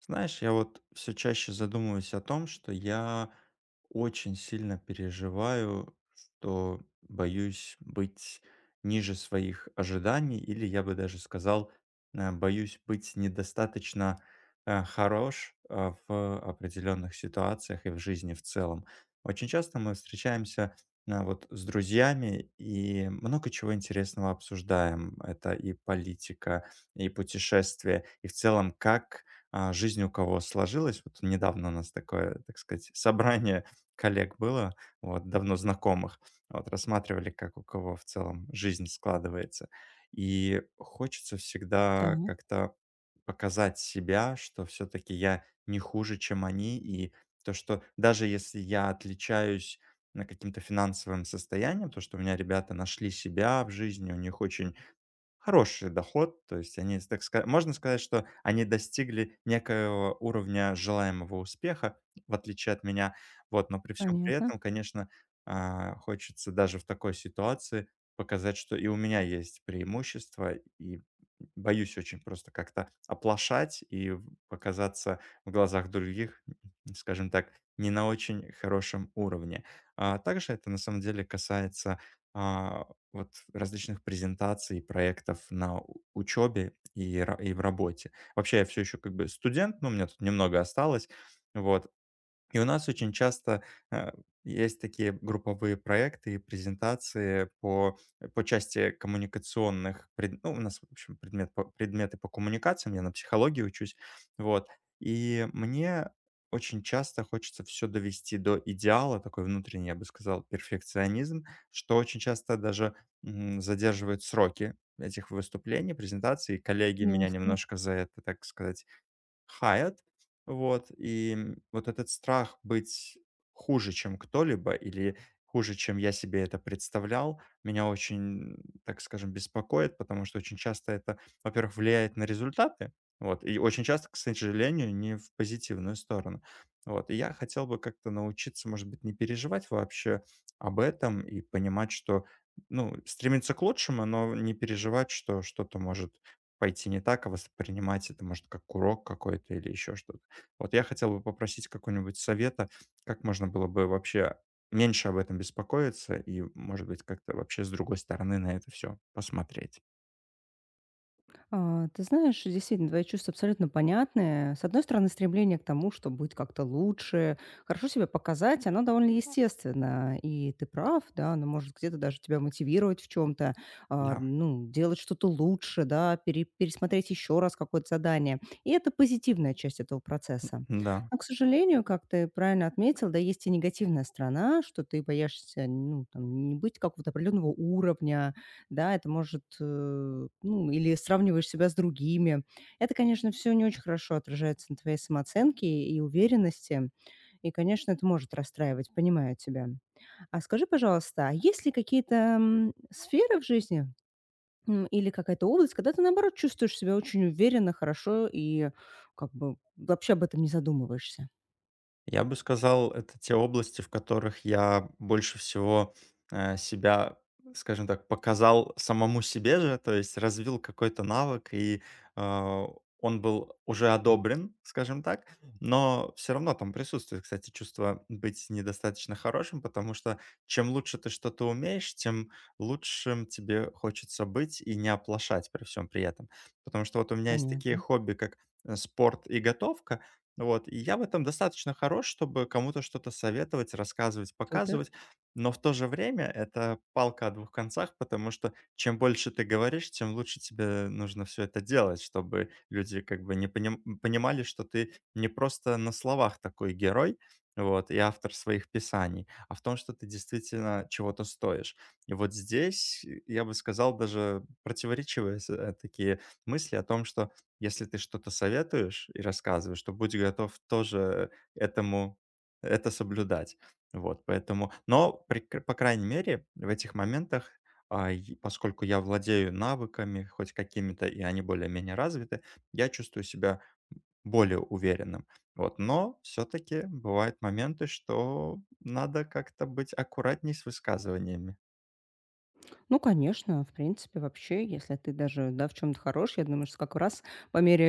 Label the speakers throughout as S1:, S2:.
S1: Знаешь, я вот все чаще задумываюсь о том, что я очень сильно переживаю, что боюсь быть ниже своих ожиданий, или я бы даже сказал, боюсь быть недостаточно хорош в определенных ситуациях и в жизни в целом. Очень часто мы встречаемся вот с друзьями и много чего интересного обсуждаем. Это и политика, и путешествия, и в целом как жизнь у кого сложилась. Вот недавно у нас такое, так сказать, собрание коллег было, вот, давно знакомых. Вот, рассматривали, как у кого в целом жизнь складывается. И хочется
S2: Так,
S1: всегда как-то показать себя, что все-таки я не хуже, чем они, и то, что даже если я отличаюсь на каким-то финансовым состоянием, то, что у меня ребята нашли себя в жизни, у них очень хороший доход, то есть они, так ска можно сказать, что они достигли некоего уровня желаемого успеха, в отличие от меня. Вот, но при всем при
S2: понятно,
S1: этом, конечно, хочется даже в такой ситуации показать, что и у меня есть преимущества, и боюсь очень просто как-то оплошать и в показаться в глазах других, скажем так, не на очень хорошем уровне. А также это на самом деле касается, а вот различных презентаций, проектов на учебе и, и в работе. Вообще я все еще как бы студент, но у меня тут немного осталось, вот, и у нас очень часто э, есть такие групповые проекты и презентации по, по части коммуникационных, ну, у нас, в общем, предметы по коммуникациям, я на психологии учусь, вот. И мне очень часто хочется все довести до идеала, такой внутренний, я бы сказал, перфекционизм, что очень часто даже задерживает сроки этих выступлений, презентаций, и коллеги меня
S2: ясно.
S1: немножко за это, так сказать, Hyatt. Вот, и, вот этот страх быть хуже, чем кто-либо, или хуже, чем я себе это представлял, меня очень, так скажем, беспокоит, потому что очень часто это, во-первых, влияет на результаты, вот, и очень часто, к сожалению, не в позитивную сторону. Вот, и я хотел бы как-то научиться, может быть, не переживать вообще об этом и понимать, что, ну, стремиться к лучшему, но не переживать, что что-то может пойти не так, а воспринимать это, может, как урок какой-то или еще что-то. Вот я хотел бы попросить какого-нибудь совета, как можно было бы вообще меньше об этом беспокоиться и, может быть, как-то вообще с другой стороны на это все посмотреть.
S2: Ты знаешь, действительно, твои чувства абсолютно понятные. С одной стороны, стремление к тому, чтобы быть как-то лучше, хорошо себя показать, оно довольно естественно. И ты прав, да, оно может где-то даже тебя мотивировать в чем-то,
S1: Да,
S2: ну, делать что-то лучше, да, пересмотреть еще раз какое-то задание. И это позитивная часть этого процесса.
S1: да.
S2: Но, к сожалению, как ты правильно отметил, да, есть и негативная сторона, что ты боишься, ну, там, не быть какого-то определенного уровня. Да, это может, ну, или сравниваешь себя с другими. Это, конечно, все не очень хорошо отражается на твоей самооценке и уверенности. И, конечно, это может расстраивать, понимаю тебя. А скажи, пожалуйста, а есть ли какие-то, сферы в жизни, или какая-то область, когда ты, наоборот, чувствуешь себя очень уверенно, хорошо и как бы вообще об этом не задумываешься?
S1: Я бы сказал, это те области, в которых я больше всего, себя, скажем так, показал самому себе же, то есть развил какой-то навык, и, э, он был уже одобрен, скажем так. Но все равно там присутствует, кстати, чувство быть недостаточно хорошим, потому что чем лучше ты что-то умеешь, тем лучшим тебе хочется быть и не оплошать при всем при этом. Потому что вот у меня есть такие
S2: Понятно.
S1: хобби, как, спорт и готовка. Вот, и я в этом достаточно хорош, чтобы кому-то что-то советовать, рассказывать,
S2: Супер.
S1: показывать, но в то же время это палка о двух концах, потому что чем больше ты говоришь, тем лучше тебе нужно все это делать, чтобы люди как бы не поним- понимали, что ты не просто на словах такой герой, вот, и автор своих писаний, а в том, что ты действительно чего-то стоишь. И вот здесь, я бы сказал, даже противоречивые такие мысли о том, что если ты что-то советуешь и рассказываешь, то будь готов тоже этому это соблюдать. Вот, поэтому но, при к по крайней мере, в этих моментах, а, й поскольку я владею навыками хоть какими-то, и они более-менее развиты, я чувствую себя более уверенным. Вот, но все таки бывают моменты, что надо как-то быть аккуратней с высказываниями.
S2: Ну, конечно, в принципе, вообще, если ты даже, да, в чем то хорош, я думаю, что как раз по мере,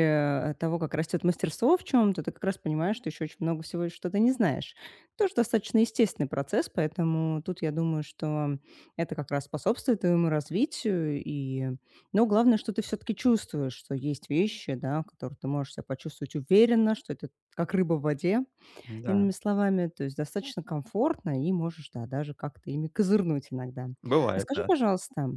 S2: того, как растет мастерство в чем то, ты как раз понимаешь, что еще очень много всего и что то не знаешь. Тоже достаточно естественный процесс, поэтому тут я думаю, что это как раз способствует твоему развитию. И, но главное, что ты все таки чувствуешь, что есть вещи, да, которые ты можешь себя почувствовать уверенно, что это как рыба в воде. Иными
S1: Да,
S2: словами, то есть достаточно комфортно и можешь, да, даже как-то ими козырнуть иногда. А
S1: бывает,
S2: скажи,
S1: да.
S2: пожалуйста,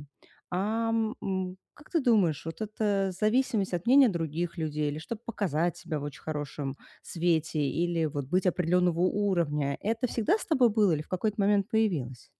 S2: как ты думаешь, вот эта зависимость от мнения других людей, или чтобы показать себя в очень хорошем свете, или вот быть определенного уровня, это всегда с тобой было или в какой-то момент появилось?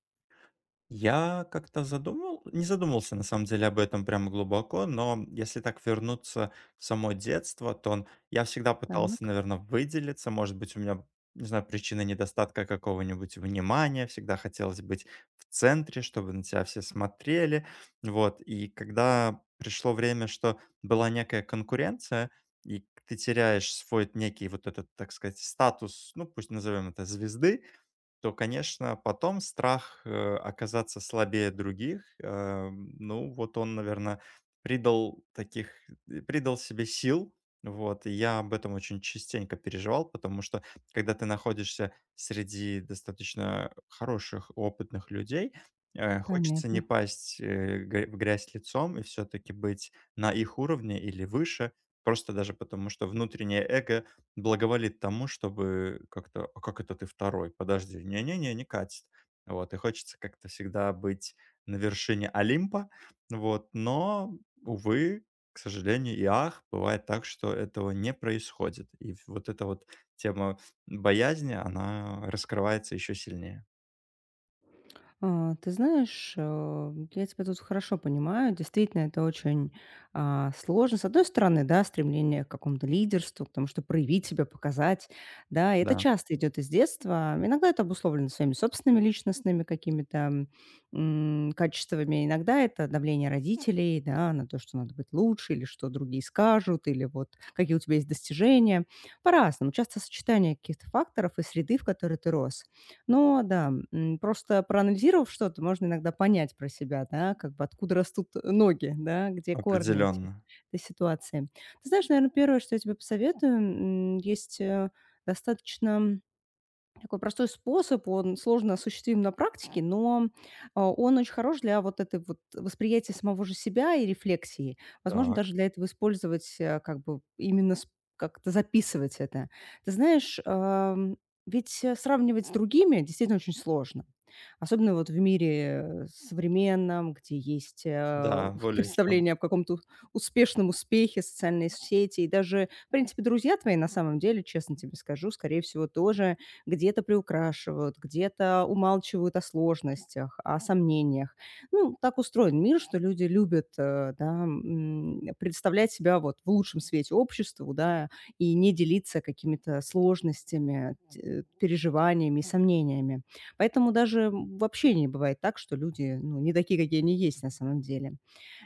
S1: Не задумался на самом деле об этом прямо глубоко, но если так вернуться в само детство, то он, я всегда пытался,
S2: Так,
S1: наверное, выделиться. Может быть, у меня, не знаю, причина недостатка какого-нибудь внимания. Всегда хотелось быть в центре, чтобы на тебя все смотрели. Вот. И когда пришло время, что была некая конкуренция, и ты теряешь свой некий вот этот, так сказать, статус, ну пусть назовем это звезды, то, конечно, потом страх, оказаться слабее других, ну, вот он, наверное, придал таких придал себе сил. Вот, и я об этом очень частенько переживал, потому что, когда ты находишься среди достаточно хороших, опытных людей, хочется не
S2: понятно.
S1: пасть, э, г в грязь лицом и все таки быть на их уровне или выше. Просто даже потому, что внутреннее эго благоволит тому, чтобы как-то: "А как это ты второй, подожди, не, не катит". Вот, и хочется как-то всегда быть на вершине Олимпа, вот, но, увы, к сожалению и ах, бывает так, что этого не происходит. И вот эта вот тема боязни, она раскрывается еще сильнее.
S2: Ты знаешь, я тебя тут хорошо понимаю. Действительно, это очень, сложно. С одной стороны, да, стремление к какому-то лидерству, потому что проявить себя, показать, да. И это
S1: Да,
S2: часто идет из детства. Иногда это обусловлено своими собственными личностными какими-то, качествами. Иногда это давление родителей, да, на то, что надо быть лучше или что другие скажут, или вот какие у тебя есть достижения. По-разному. Часто сочетание каких-то факторов и среды, в которой ты рос. Но да, просто проанализировав что-то, можно иногда понять про себя, да, как бы откуда растут ноги, да, где корни
S1: определенно.
S2: этой ситуации. Ты знаешь, наверное, первое, что я тебе посоветую, есть достаточно такой простой способ, он сложно осуществим на практике, но, он очень хорош для вот этой вот восприятия самого же себя и рефлексии. Возможно, даже
S1: Так.
S2: для этого использовать, как бы именно сп как-то записывать это. Ты знаешь, ведь, сравнивать с другими действительно очень сложно. Особенно вот в мире, современном, где есть,
S1: Да, более чем.
S2: представление о каком-то успешном успехе, социальные сети и даже, в принципе, друзья твои, на самом деле, честно тебе скажу, скорее всего, тоже где-то приукрашивают, где-то умалчивают о сложностях, о сомнениях. Ну, так устроен мир, что люди любят, да, представлять себя вот в лучшем свете обществу, да, и не делиться какими-то сложностями, переживаниями, сомнениями. Поэтому даже вообще не бывает так, что люди, ну, не такие, какие они есть на самом деле.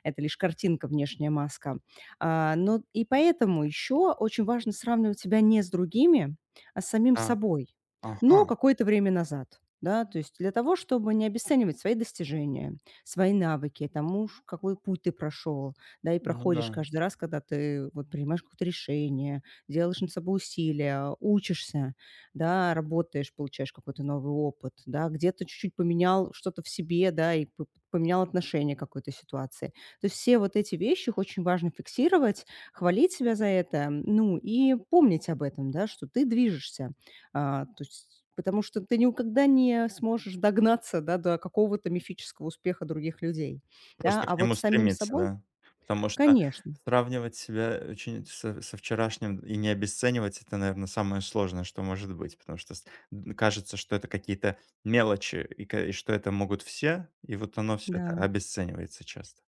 S2: Это лишь картинка, внешняя маска. Но и поэтому еще очень важно сравнивать себя не с другими, а с самим
S1: Так.
S2: собой,
S1: Ага.
S2: но какое-то время назад. Да, то есть для того, чтобы не обесценивать свои достижения, свои навыки, тому уж какой путь ты прошел, да, и
S1: Ну да.
S2: проходишь каждый раз, когда ты вот принимаешь какое-то решение, делаешь над собой усилия, учишься, да, работаешь, получаешь какой-то новый опыт, да, где-то чуть-чуть поменял что-то в себе, да, поменял отношение к какой-то ситуации. То есть все вот эти вещи их очень важно фиксировать, хвалить себя за это, ну, и помнить об этом, да, что ты движешься, то есть, потому что ты никогда не сможешь догнаться, да, до какого-то мифического успеха других людей, да.
S1: Просто
S2: А
S1: к
S2: вот
S1: нему
S2: с самим
S1: стремиться,
S2: собой
S1: да? Потому что
S2: конечно,
S1: сравнивать себя очень со вчерашним и не обесценивать- это, наверное, самое сложное, что может быть. Потому что с д Кажется, что это какие-то мелочи и что это могут все, и вот оно все это
S2: да.
S1: обесценивается часто.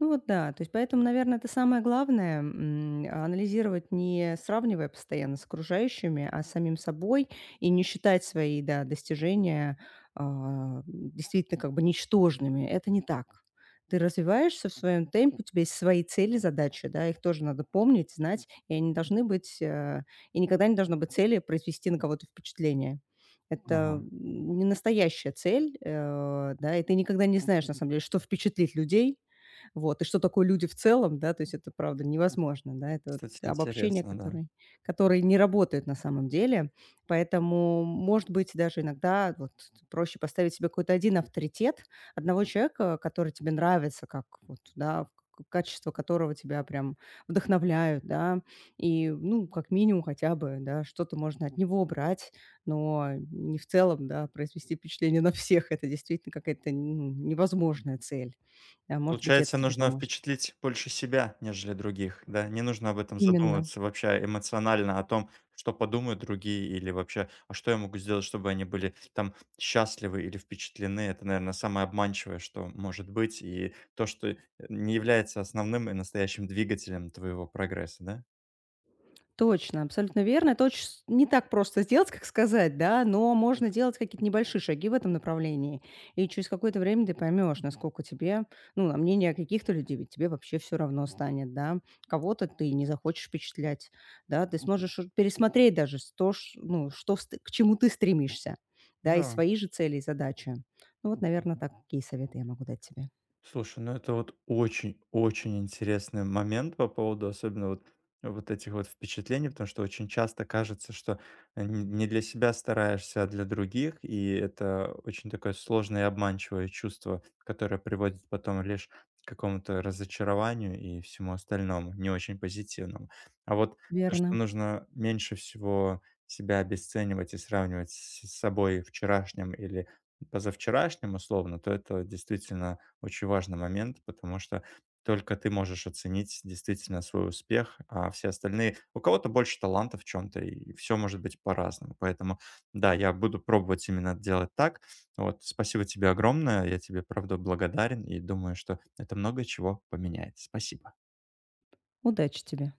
S2: Ну вот да, то есть поэтому, наверное, это самое главное, анализировать, не сравнивая постоянно с окружающими, а с самим собой, и не считать свои, да, достижения, действительно как бы ничтожными. Это не так. Ты развиваешься в своем темпе, у тебя есть свои цели, задачи, да, их тоже надо помнить, знать, и они должны быть, и никогда не должно быть цели произвести на кого-то впечатление. Это
S1: Ага.
S2: не настоящая цель, да, и ты никогда не знаешь, на самом деле, что впечатлит людей, вот. И что такое люди в целом, да, то есть это правда невозможно, да, это вот
S1: Кстати,
S2: обобщение,
S1: интересно, да.
S2: которое не работает на самом деле. Поэтому, может быть, даже иногда вот проще поставить себе какой-то один авторитет, одного человека, который тебе нравится, как вот, да, качество которого тебя прям вдохновляют, да, и, ну, как минимум хотя бы, да, что-то можно от него брать, но не в целом, да, произвести впечатление на всех. Это действительно какая-то ну, невозможная цель. Да, может быть, это
S1: Получается,
S2: тебе
S1: нужно
S2: поможет.
S1: впечатлить больше себя, нежели других, да? Не нужно об этом
S2: Именно.
S1: задумываться вообще эмоционально, о том, что подумают другие или вообще, а что я могу сделать, чтобы они были там счастливы или впечатлены. Это, наверное, самое обманчивое, что может быть, и то, что не является основным и настоящим двигателем твоего прогресса, да?
S2: Точно, абсолютно верно. Это очень с не так просто сделать, как сказать, да, но можно делать какие-то небольшие шаги в этом направлении. И через какое-то время ты поймешь, насколько тебе, ну, на мнение каких-то людей, ведь тебе вообще все равно станет, да. Кого-то ты не захочешь впечатлять, да, ты сможешь уже пересмотреть даже с то, ш ну, что ст к чему ты стремишься, да, и
S1: Да.
S2: свои же цели и задачи. Ну вот, наверное, такие советы я могу дать тебе.
S1: Слушай, ну это вот очень-очень интересный момент по поводу особенно вот вот этих впечатлений, потому что очень часто кажется, что не для себя стараешься, а для других, и это очень такое сложное и обманчивое чувство, которое приводит потом лишь к какому-то разочарованию и всему остальному, не очень позитивному. А вот то,
S2: Верно.
S1: что нужно меньше всего себя обесценивать и сравнивать с собой вчерашним или позавчерашним условно, то это действительно очень важный момент, потому что только ты можешь оценить действительно свой успех, а все остальные... У кого-то больше таланта в чем-то, и все может быть по-разному. Поэтому, да, я буду пробовать именно делать так. Вот, спасибо тебе огромное, я тебе, правда, благодарен и думаю, что это много чего поменяет. Спасибо.
S2: Удачи тебе.